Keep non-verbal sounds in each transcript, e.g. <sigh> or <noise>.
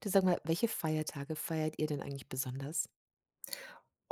Du, sag mal, welche Feiertage feiert ihr denn eigentlich besonders?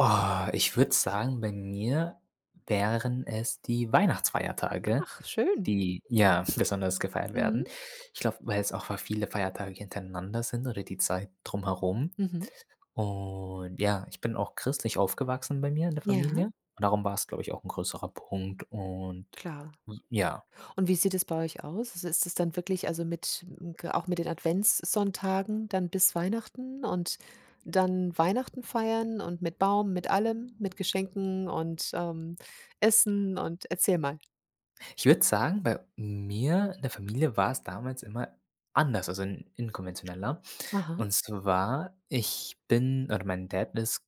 Oh, ich würde sagen, bei mir wären es die Weihnachtsfeiertage, Ach, schön. die ja <laughs> besonders gefeiert Mhm. werden. Ich glaube, weil es auch viele Feiertage hintereinander sind oder die Zeit drumherum. Mhm. Und ja, ich bin auch christlich aufgewachsen bei mir in der Familie. Ja, Und darum war es, glaube ich, auch ein größerer Punkt und klar. ja. Und wie sieht es bei euch aus? Also, ist es dann wirklich, also, mit m g auch mit den Adventssonntagen dann bis Weihnachten und dann Weihnachten feiern und mit Baum, mit allem, mit Geschenken und Essen und erzähl mal. Ich würde sagen, bei mir in der Familie war es damals immer anders, also in inkonventioneller. Aha, Und zwar, ich bin oder mein Dad ist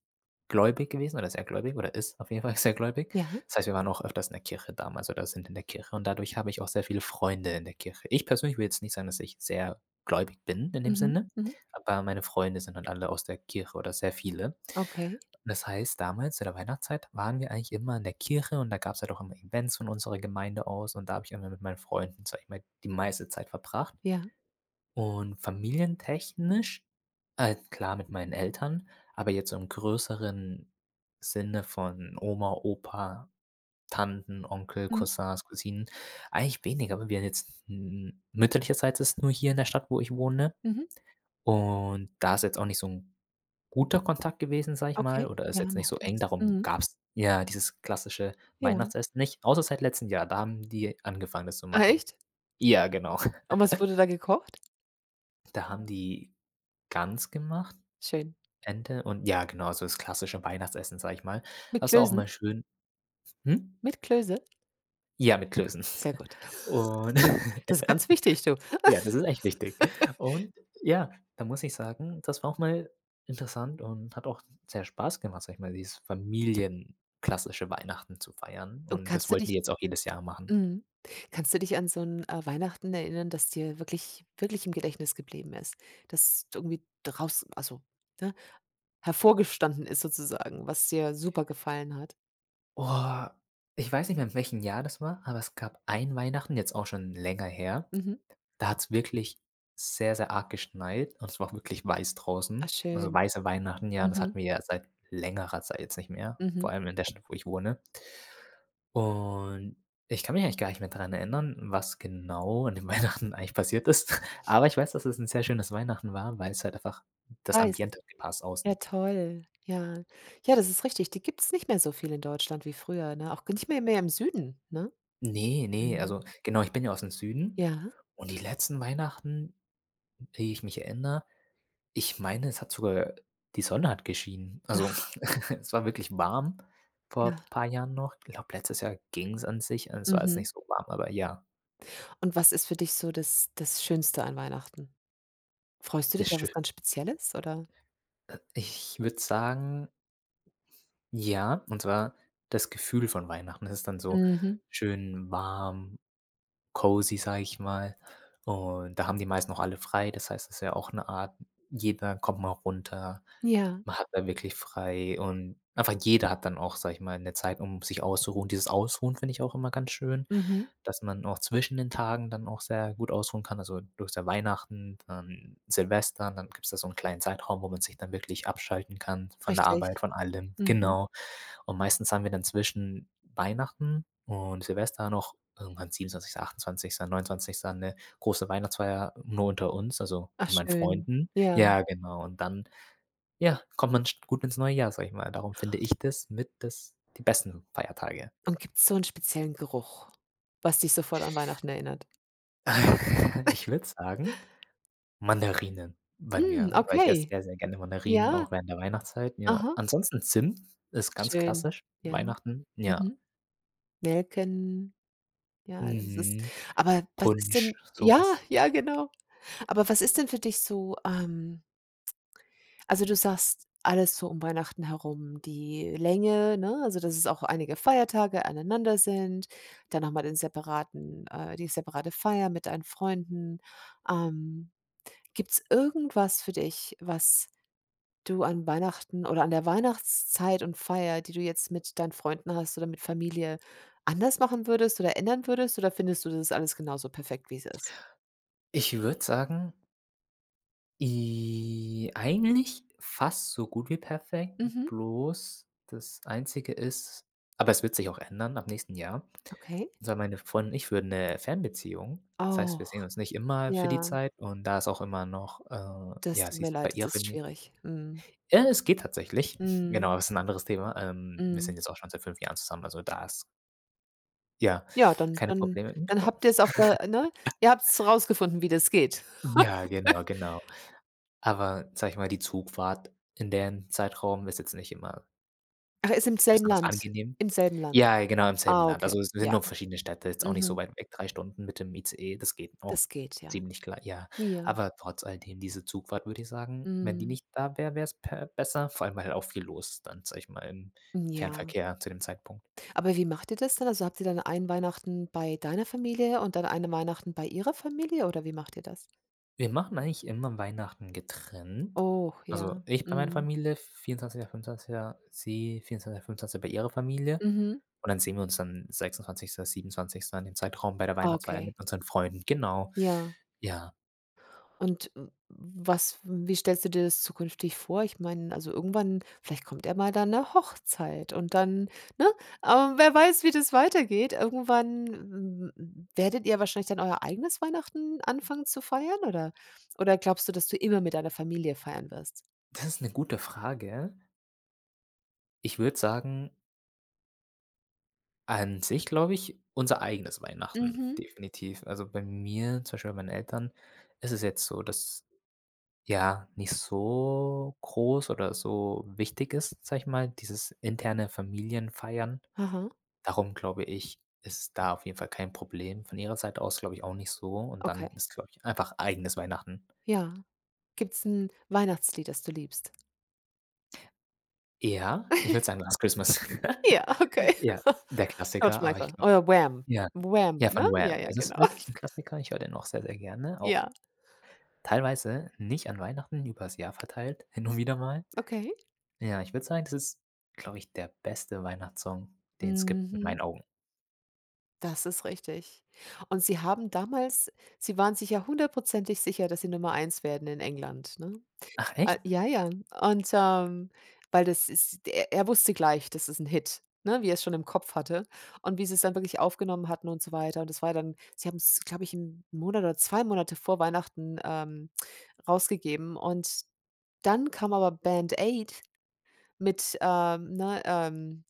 gläubig gewesen oder sehr gläubig oder ist auf jeden Fall <laughs> sehr gläubig. ja. Das heißt, wir waren auch öfters in der Kirche damals oder sind in der Kirche und dadurch habe ich auch sehr viele Freunde in der Kirche. Ich persönlich will jetzt nicht sagen, dass ich sehr gläubig bin in dem Mhm, Sinne, mhm. aber meine Freunde sind dann alle aus der Kirche oder sehr viele. Okay, Das heißt, damals in der Weihnachtszeit waren wir eigentlich immer in der Kirche und da gab es halt auch immer Events von unserer Gemeinde aus und da habe ich immer mit meinen Freunden, sage ich mal, die meiste Zeit verbracht. ja. Und familientechnisch, klar mit meinen Eltern, aber jetzt so im größeren Sinne von Oma, Opa, Tanten, Onkel, Mhm, Cousins, Cousinen, eigentlich weniger, aber wir jetzt mütterlicherseits ist nur hier in der Stadt, wo ich wohne. mhm. Und da ist jetzt auch nicht so ein guter Kontakt gewesen, sage ich mal, Okay, oder ist ja, jetzt nicht so macht eng, es. darum Mhm. gab es ja dieses klassische Ja. Weihnachtsessen nicht, außer seit letztem Jahr, da haben die angefangen, das zu Ah, machen. echt? Ja, genau. <laughs> Und was wurde da gekocht? Da haben die Gans gemacht, Schön. Ente und ja, genau, so das klassische Weihnachtsessen, sage ich mal. Mit Also auch mal Klößen? schön, hm? Mit Klöße? Ja, mit Klößen. <laughs> Sehr gut. Und Das ist ganz <laughs> wichtig, du. ja, das ist echt wichtig. Und ja, da muss ich sagen, das war auch mal interessant und hat auch sehr Spaß gemacht, sage ich mal, dieses familienklassische Weihnachten zu feiern. Und Und das kannst du wollten dich die jetzt auch jedes Jahr machen. Mhm. Kannst du dich an so 'n Weihnachten erinnern, das dir wirklich wirklich im Gedächtnis geblieben ist? Das irgendwie draus, also, ne, hervorgestanden ist, sozusagen, was dir super gefallen hat? Oh, ich weiß nicht mehr, in welchem Jahr das war, aber es gab ein Weihnachten, jetzt auch schon länger her. Mhm. Da hat es wirklich sehr, sehr arg geschneit und es war auch wirklich weiß Ah, draußen. Also, schön. weiße Weihnachten, ja, das hatten Mhm, wir ja seit längerer Zeit jetzt nicht mehr, mhm. vor allem in der Stadt, wo ich wohne. Und ich kann mich eigentlich gar nicht mehr daran erinnern, was genau an den <laughs> Weihnachten eigentlich passiert ist. Aber ich weiß, dass es ein sehr schönes Weihnachten war, weil es halt einfach das Weiß. Ambiente hat gepasst Ja, außen. toll. Ja. Ja, das ist richtig. Die gibt's nicht mehr so viel in Deutschland wie früher, ne? Auch nicht mehr im Süden, ne? Ne, ne, Mhm. also genau, ich bin ja aus dem Süden Ja. und die letzten Weihnachten, die ich mich erinnere, ich meine, es hat sogar die Sonne hat geschienen. Also Ach, <laughs> es war wirklich warm ja. vor ein paar Jahren noch. Ich glaube, letztes Jahr ging es an sich. Es war jetzt Mhm. nicht so warm, aber ja. Und was ist für dich so das Schönste an Weihnachten? Freust du dich das auf was stö ganz Spezielles, oder? Ich würde sagen, ja, und zwar das Gefühl von Weihnachten. Es ist dann so Mhm. schön warm, cozy, sage ich mal. Und da haben die meisten noch alle frei. Das heißt, es ist ja auch eine Art, jeder kommt mal runter. Ja. Man hat da wirklich frei und einfach jeder hat dann auch, sage ich mal, eine Zeit, um sich auszuruhen. Dieses Ausruhen finde ich auch immer ganz schön. Mhm. Dass man auch zwischen den Tagen dann auch sehr gut ausruhen kann. Also, du hast ja Weihnachten, dann Silvester, dann gibt's da so einen kleinen Zeitraum, wo man sich dann wirklich abschalten kann von der Richtig. Arbeit, von allem. Mhm. Genau. Und meistens haben wir dann zwischen Weihnachten und Silvester noch irgendwann 27., 28., 29. eine große Weihnachtsfeier nur unter uns, also Ach, mit meinen schön. Freunden. Ja. Ja, genau. Und dann, ja, kommt man sch gut ins neue Jahr, sage ich mal. Darum finde ich das mit, das die besten Feiertage. Und gibt es so einen speziellen Geruch, was dich sofort an Weihnachten erinnert? <laughs> Ich würde sagen Mandarinen bei Hm, mir, weil ich esse okay. sehr, sehr gerne Mandarinen, Ja. auch während der Weihnachtszeit, ja. Aha. Ansonsten Zimt ist ganz Schön. klassisch, Ja. Weihnachten, ja. Mhm. Nelken. Ja, das ist Mhm. aber was ist Punsch, denn, so ja, was. ja, genau. Aber was ist denn für dich so, also, du sagst, alles so um Weihnachten herum, die Länge, ne? Also, dass es auch einige Feiertage aneinander sind, dann noch mal den separaten die separate Feier mit deinen Freunden. Ähm, Gibt's irgendwas für dich, was du an Weihnachten oder an der Weihnachtszeit und Feier, die du jetzt mit deinen Freunden hast oder mit Familie, anders machen würdest oder ändern würdest, oder findest du, das ist alles genauso perfekt, wie es ist? Ich würde sagen, i eigentlich fast so gut wie perfekt, Mhm. bloß das Einzige ist, aber es wird sich auch ändern ab nächsten Jahr, Okay. weil meine Freundin und ich führen 'ne Fernbeziehung. Das heißt, wir sehen auch uns nicht immer für die Ja, Zeit und da ist auch immer noch, das ja, tut sie mir ist bei leid, das ihrer ist Famil schwierig. Mhm. Es geht tatsächlich. Genau, Mhm. aber ist ein anderes Thema. Wir Mhm. sind jetzt auch schon seit 5 Jahren zusammen, also da ist, ja, Ja, dann keine dann Probleme, dann genau. habt ihr's auf der, ne? Ihr habt's rausgefunden, wie das geht. Ja, genau, genau. Aber sag ich mal, die Zugfahrt in den Zeitraum ist jetzt nicht immer Ach, ist im selben besonders Land, angenehm. im selben Land. Ja, genau, im selben Ah, Land. okay, Also, es sind ja. nur verschiedene Städte, jetzt auch nicht so Mhm. weit weg. 3 Stunden mit dem ICE, das geht noch Das geht, ja. ziemlich klar, ja. Ja. Aber trotz alledem, diese Zugfahrt, würde ich sagen, wenn die Mhm. nicht da wäre, wäre es besser, vor allem, weil halt auch viel los ist dann, sag ich mal, im Ja. Fernverkehr zu dem Zeitpunkt. Aber wie macht ihr das dann? Also, habt ihr dann ein Weihnachten bei deiner Familie und dann eine Weihnachten bei ihrer Familie, oder wie macht ihr das? Wir machen eigentlich immer Weihnachten getrennt. Oh, ja. Also, ich bei meiner Mhm. Familie, 24., 25., sie 24., 25. bei ihrer Familie. Mhm. Und dann sehen wir uns dann 26., 27. in dem Zeitraum bei der Ah, Weihnachtsfeier okay. mit unseren Freunden. Genau. Ja. Ja, Und w was wie stellst du dir das zukünftig vor? Ich meine, also, irgendwann vielleicht kommt ja mal dann eine Hochzeit und dann, ne? Aber wer weiß, wie das weitergeht. Irgendwann werdet ihr wahrscheinlich dann euer eigenes Weihnachten anfangen zu feiern, oder glaubst du, dass du immer mit deiner Familie feiern wirst? das ist eine gute Frage. Ich würde sagen, an sich glaube ich, unser eigenes Weihnachten, Mhm. definitiv. Also, bei mir, zum Beispiel bei meinen Eltern, ist es jetzt so, dass ja, nicht so groß oder so wichtig ist, sage ich mal, dieses interne Familienfeiern. Aha, Darum glaube ich, ist da auf jeden Fall kein Problem. Von ihrer Seite aus, glaube ich, auch nicht so und okay. dann ist, glaube ich, einfach eigenes Weihnachten. Ja. Gibt es ein Weihnachtslied, das du liebst? Ja, ich würde sagen Last Christmas. Ja, <laughs> okay. Ja, der <laughs> George Klassiker, aber Michael ich glaube, oder Wham. ja. Wham, Ja, von ne? Ja, Wham. ja, Es ist genau. wirklich ein <laughs> Klassiker. Ich höre den auch sehr, sehr gerne, auch Ja, teilweise nicht an Weihnachten, übers Jahr verteilt, <laughs> hin und wieder mal. okay. Ja, ich würde sagen, das ist, glaube ich, der beste Weihnachtssong, den es gibt, in Mhm. meinen Augen. Das ist richtig. Und sie haben damals sie waren sich ja hundertprozentig sicher, dass sie Nummer eins werden in England, ne? Ach echt? Ja, ja. Und, weil das ist er wusste gleich, das ist 'n Hit, ne, wie er's schon im Kopf hatte und wie sie's dann wirklich aufgenommen hatten und so weiter. Und das war dann sie haben's, glaube ich, 'n Monat oder 2 Monate vor Weihnachten, rausgegeben, und dann kam aber Band Aid mit, ähm, ne, ähm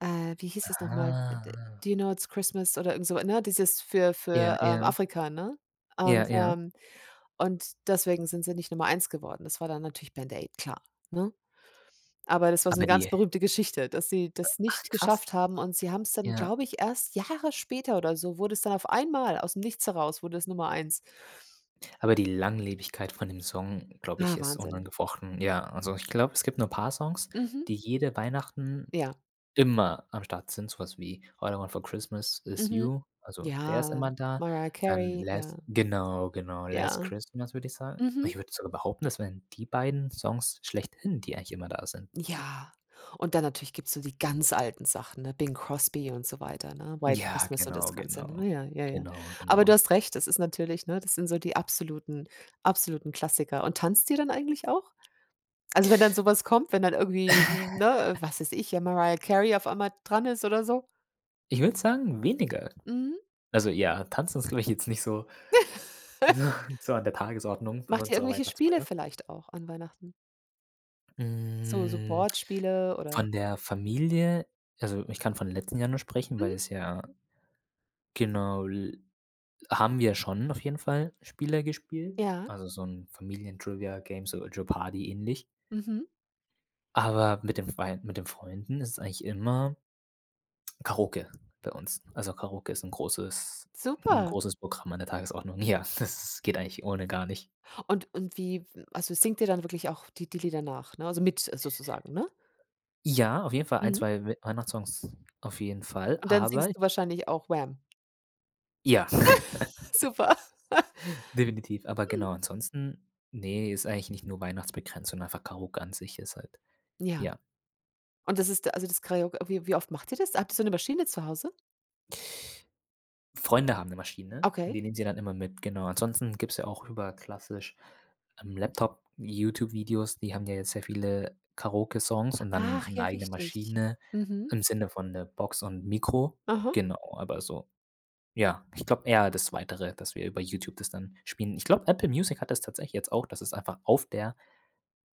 äh, wie hieß es nochmal? D Ah. „Do you know it's Christmas" oder irgend so, ne? Dieses für Ja, für, ähm, ja, Afrika, ne? ja, Und, ja. ähm und deswegen sind sie nicht Nummer eins geworden. Das war dann natürlich Band Aid, klar, ne? Aber das war so eine Aber ganz die berühmte Geschichte, dass sie das Ach nicht krass. geschafft haben und sie haben es dann, Ja. glaube ich, erst Jahre später oder so, wurde es dann auf einmal aus dem Nichts heraus, wurde es Nummer eins. Aber die Langlebigkeit von dem Song, glaube Ah, ich, ist Wahnsinn. unangefochten. Ja, also ich glaube, es gibt nur paar Songs, Mhm. die jede Weihnachten Ja. immer am Start sind, so was wie „All I Want for Christmas Is Mhm. You“, also der ist Ja, immer da. Mariah Dann Carey, ja, „Last“, genau, genau, „Last ja. Christmas“, würde ich sagen. Mhm. Ich würde sogar behaupten, das wären die beiden Songs schlechthin, die eigentlich immer da sind. Ja, und dann natürlich gibt's so die ganz alten Sachen, ne? Bing Crosby und so weiter, ne? White Ja, Christmas und das genau, Ganze, ne? genau. Ja, ja, ja. Genau, Aber du genau. hast recht, das ist natürlich, ne, das sind so die absoluten absoluten Klassiker. Und tanzt ihr dann eigentlich auch? Also, wenn dann so was kommt, wenn dann irgendwie, ne, was weiß ich, ja, Mariah Carey auf einmal dran ist oder so? Ich würde sagen, weniger. Mhm. Also, ja, Tanzen ist, glaube ich, jetzt nicht so <laughs> so an der Tagesordnung von Macht ihr unserer irgendwelche Spiele Weihnachtsfeier. vielleicht auch an Weihnachten? So Hm, Boardspiele oder von der Familie, also, ich kann von letzten Jahr nur sprechen, weil mhm, es ja genau l haben wir schon auf jeden Fall Spiele gespielt, ja, also so ein Familien-Trivia-Game, so Jeopardy ähnlich. mhm, Aber mit den Freunden ist es eigentlich immer Karaoke bei uns. Also, Karaoke ist ein großes, ein super. großes Programm an der Tagesordnung. Ja, <laughs> das geht eigentlich ohne gar nicht. Und wie, also, singt ihr dann wirklich auch die Lieder nach, ne? Also, mit sozusagen, ne? Ja, auf jeden Fall ein, Mhm. 2 We Weihnachtssongs auf jeden Fall, Und dann aber singst du wahrscheinlich auch Wham. ja, <laughs> <laughs> Super. definitiv. Aber Mhm. genau, ansonsten, nee, ist eigentlich nicht nur weihnachtsbegrenzt, sondern einfach Karaoke an sich ist halt, Ja, und das Karaoke, wie oft macht ihr das? Habt ihr so eine Maschine zu Hause? ja. Freunde haben 'ne Maschine und Okay. die nehmen sie dann immer mit, genau. Ansonsten gibt's ja auch über, klassisch, am Laptop YouTube-Videos, die haben ja jetzt sehr viele Karaoke-Songs, und dann Ach, 'ne ja, eigene richtig. Maschine Mhm. im Sinne von 'ne Box und Mikro. Aha. Genau, aber so, ja, ich glaube eher das Weitere, dass wir über YouTube das dann spielen. Ich glaube, Apple Music hat das tatsächlich jetzt auch, dass es einfach auf der,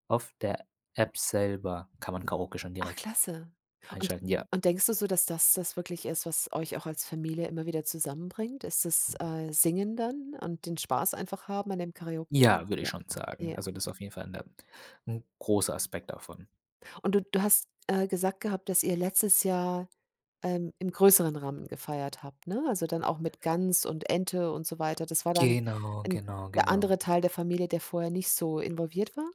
auf der App selber kann man Karaoke schon Ach, direkt klasse. Und einschalten. Ja, und denkst du so, dass das wirklich ist, was euch auch als Familie immer wieder zusammenbringt? Ist das, Singen dann und den Spaß einfach haben an dem Karaoke? ja, würde Ja. ich schon sagen. Ja. Also, das ist auf jeden Fall 'ne, 'n großer Aspekt davon. Und du hast, gesagt gehabt, dass ihr letztes Jahr, im größeren Rahmen gefeiert habt, ne? Also, dann auch mit Gans und Ente und so weiter. Das war dann Genau, 'n genau, der andere genau. Teil der Familie, der vorher nicht so involviert war?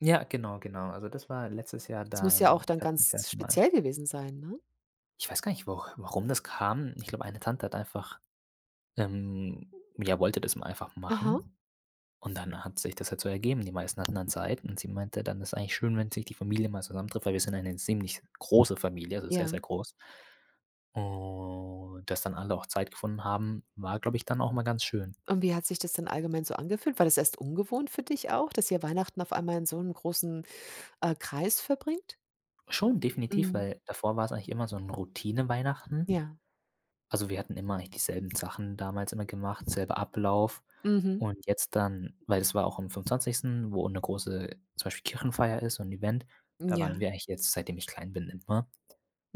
Ja, genau, genau. Also, das war letztes Jahr Das muss ja auch dann dann tatsächlich das ganz erste Mal. speziell gewesen sein, ne? Ich weiß gar nicht, wo warum das kam. Ich glaube, eine Tante hat einfach, ähm ja, wollte das mal einfach Aha, machen und dann hat sich das halt so ergeben. Die meisten hatten dann Zeit und sie meinte dann: „Ist eigentlich schön, wenn sich die Familie mal zusammentrifft“, weil wir sind eine ziemlich große Familie, also sehr, sehr ja. groß. Und dass dann alle auch Zeit gefunden haben, war, glaube ich, dann auch mal ganz schön. Und wie hat sich das dann allgemein so angefühlt? War das erst ungewohnt für dich auch, dass ihr Weihnachten auf einmal in so einem großen, Kreis verbringt? Schon, definitiv, Mhm. weil davor war es eigentlich immer so ein Routine-Weihnachten. Ja. Also, wir hatten immer eigentlich dieselben Sachen damals immer gemacht, selber Ablauf. Mhm. Und jetzt dann, weil das war auch am 25., wo 'ne große, zum Beispiel Kirchenfeier ist, so 'n Event. Da waren Ja. wir eigentlich jetzt, seitdem ich klein bin, immer.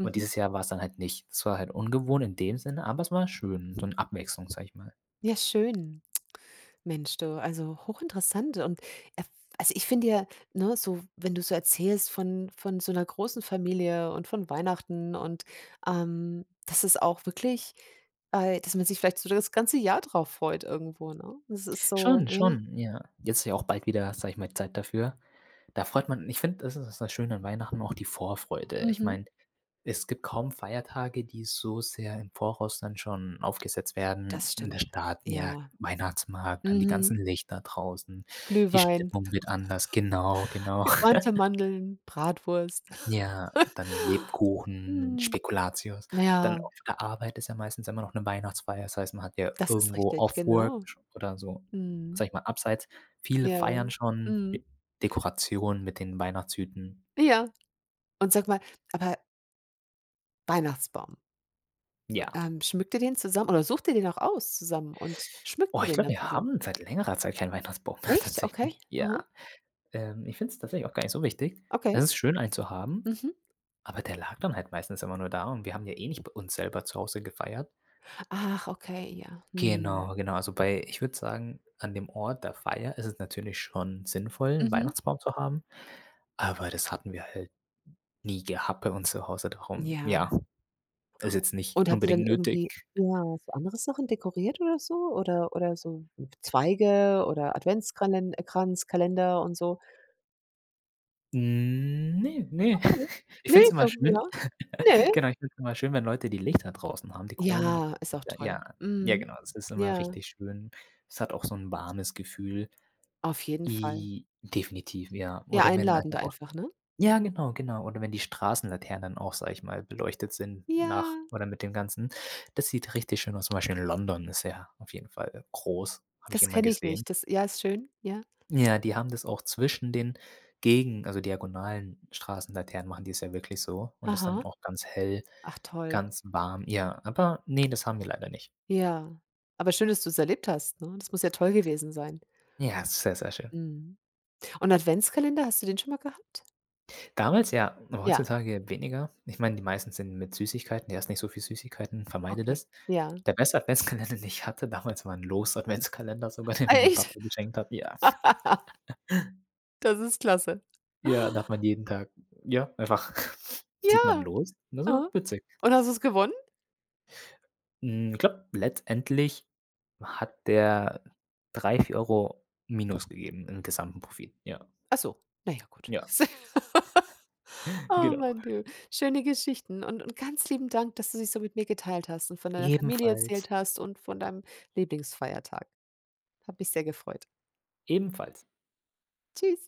Und dieses Jahr war's dann halt nicht. Es war halt ungewohnt in dem Sinne, aber es war schön, so 'ne Abwechslung, sage ich mal. Ja, schön. Mensch, du, also hochinteressant und erf also, ich finde ja, ne, so wenn du so erzählst von so einer großen Familie und von Weihnachten und, dass es auch wirklich, dass man sich vielleicht so das ganze Jahr drauf freut, irgendwo, ne? Das ist so, Schon, ja, schon, ja. Jetzt ist ja auch bald wieder, sage ich mal, Zeit dafür. Da freut man, ich finde, das ist das Schöne an Weihnachten, auch die Vorfreude. Ich mhm, meine, es gibt kaum Feiertage, die so sehr im Voraus dann schon aufgesetzt das werden. In der stimmt. Stadt, ja, Ja, Weihnachtsmarkt, dann die mhm, ganzen Lichter draußen. Die Glühwein, Stimmung wird anders, genau, genau. gebrannte <laughs> Mandeln, Bratwurst. Ja, dann Lebkuchen, Mhm. Spekulatius. Dann Ja, auf der Arbeit ist ja meistens immer noch eine Weihnachtsfeier. Das heißt, man hat ja das ist irgendwo richtig, Off-Work genau. sch oder so, Mhm. sage ich mal, abseits. Viele Ja. feiern schon De Mhm. Dekoration mit den Weihnachtshüten. Ja. Und sag mal, aber Weihnachtsbaum. Ja. Schmückt ihr den zusammen oder sucht ihr den auch aus zusammen und schmückt Oh, ihr ich den glaube, dann wir zusammen? haben seit längerer Zeit keinen Weihnachtsbaum mehr <laughs> Echt? Okay. tatsächlich. Ja. Mhm. Ich finde es tatsächlich auch gar nicht so wichtig. Okay. Es ist schön, einen zu haben, Mhm. aber der lag dann halt meistens immer nur da und wir haben ja eh nicht bei uns selber zu Hause gefeiert. Ach, okay, ja. Mhm. Genau, genau. Also bei, ich würde sagen, an dem Ort der Feier ist es natürlich schon sinnvoll, 'n Mhm. Weihnachtsbaum zu haben, aber das hatten wir halt nie gehabt bei uns zu Hause, darum Ja. ja, ist jetzt nicht Und habt ihr dann unbedingt nötig. irgendwie, ja, so andere Sachen dekoriert oder so? Oder so Zweige oder Adventskalen Kranz, Kalender und so? Hm, ne, ne. Okay. <laughs> Ich finde es Nicht immer irgendwie, schön, ja? <laughs> Ne? genau, ich finde es immer schön, wenn Leute die Lichter draußen haben, die Kronen, Ja, ist auch toll. ja, ja, Mhm. genau, das ist immer Ja, richtig schön. Es hat auch so 'n warmes Gefühl. auf jeden Fall. I Definitiv, ja. Ja, Oder wenn einfach einladender auch einfach, ne? ja, genau, genau. Oder wenn die Straßenlaternen auch, sage ich mal, beleuchtet sind Ja. nach oder mit dem Ganzen. Das sieht richtig schön aus. Zum Beispiel in London ist ja auf jeden Fall groß, habe ich Das immer kenne ich gesehen. nicht. Das, ja, ist schön, ja. Ja, die haben das auch zwischen den, gegen, also, diagonalen Straßenlaternen machen die es ja wirklich so und ist dann Aha. auch ganz hell, Ach, toll. ganz warm. Ja, aber ne, das haben wir leider nicht. Ja. Aber schön, dass du's erlebt hast, ne? Das muss ja toll gewesen sein. Ja, ist sehr, sehr schön. Mhm. Und Adventskalender, hast du den schon mal gehabt? Damals ja, aber Ja, heutzutage weniger. Ich meine, die meisten sind mit Süßigkeiten, du hast nicht so viel Süßigkeiten, vermeide okay. das. Ja. Der <laughs> beste Adventskalender, den ich hatte damals, war 'n Los-Adventskalender sogar, den Ah, mir mein echt? Papa geschenkt hat. Ja, Das ist klasse. ja, da hat man jeden Tag, ja, einfach <laughs> zieht man Ja, los. Das war aha. witzig. Und hast du's gewonnen? Ich glaube, letztendlich hat der 3 4 Euro Minus gegeben im gesamten Profit. Ja, Ach so, na ja, gut. ja, <laughs> <laughs> Oh, genau. Mann, du. Schöne Geschichten und ganz lieben Dank, dass du sie so mit mir geteilt hast und von deiner Familie Ebenfalls erzählt hast und von deinem Lieblingsfeiertag. Hat mich sehr gefreut. ebenfalls. Tschüss.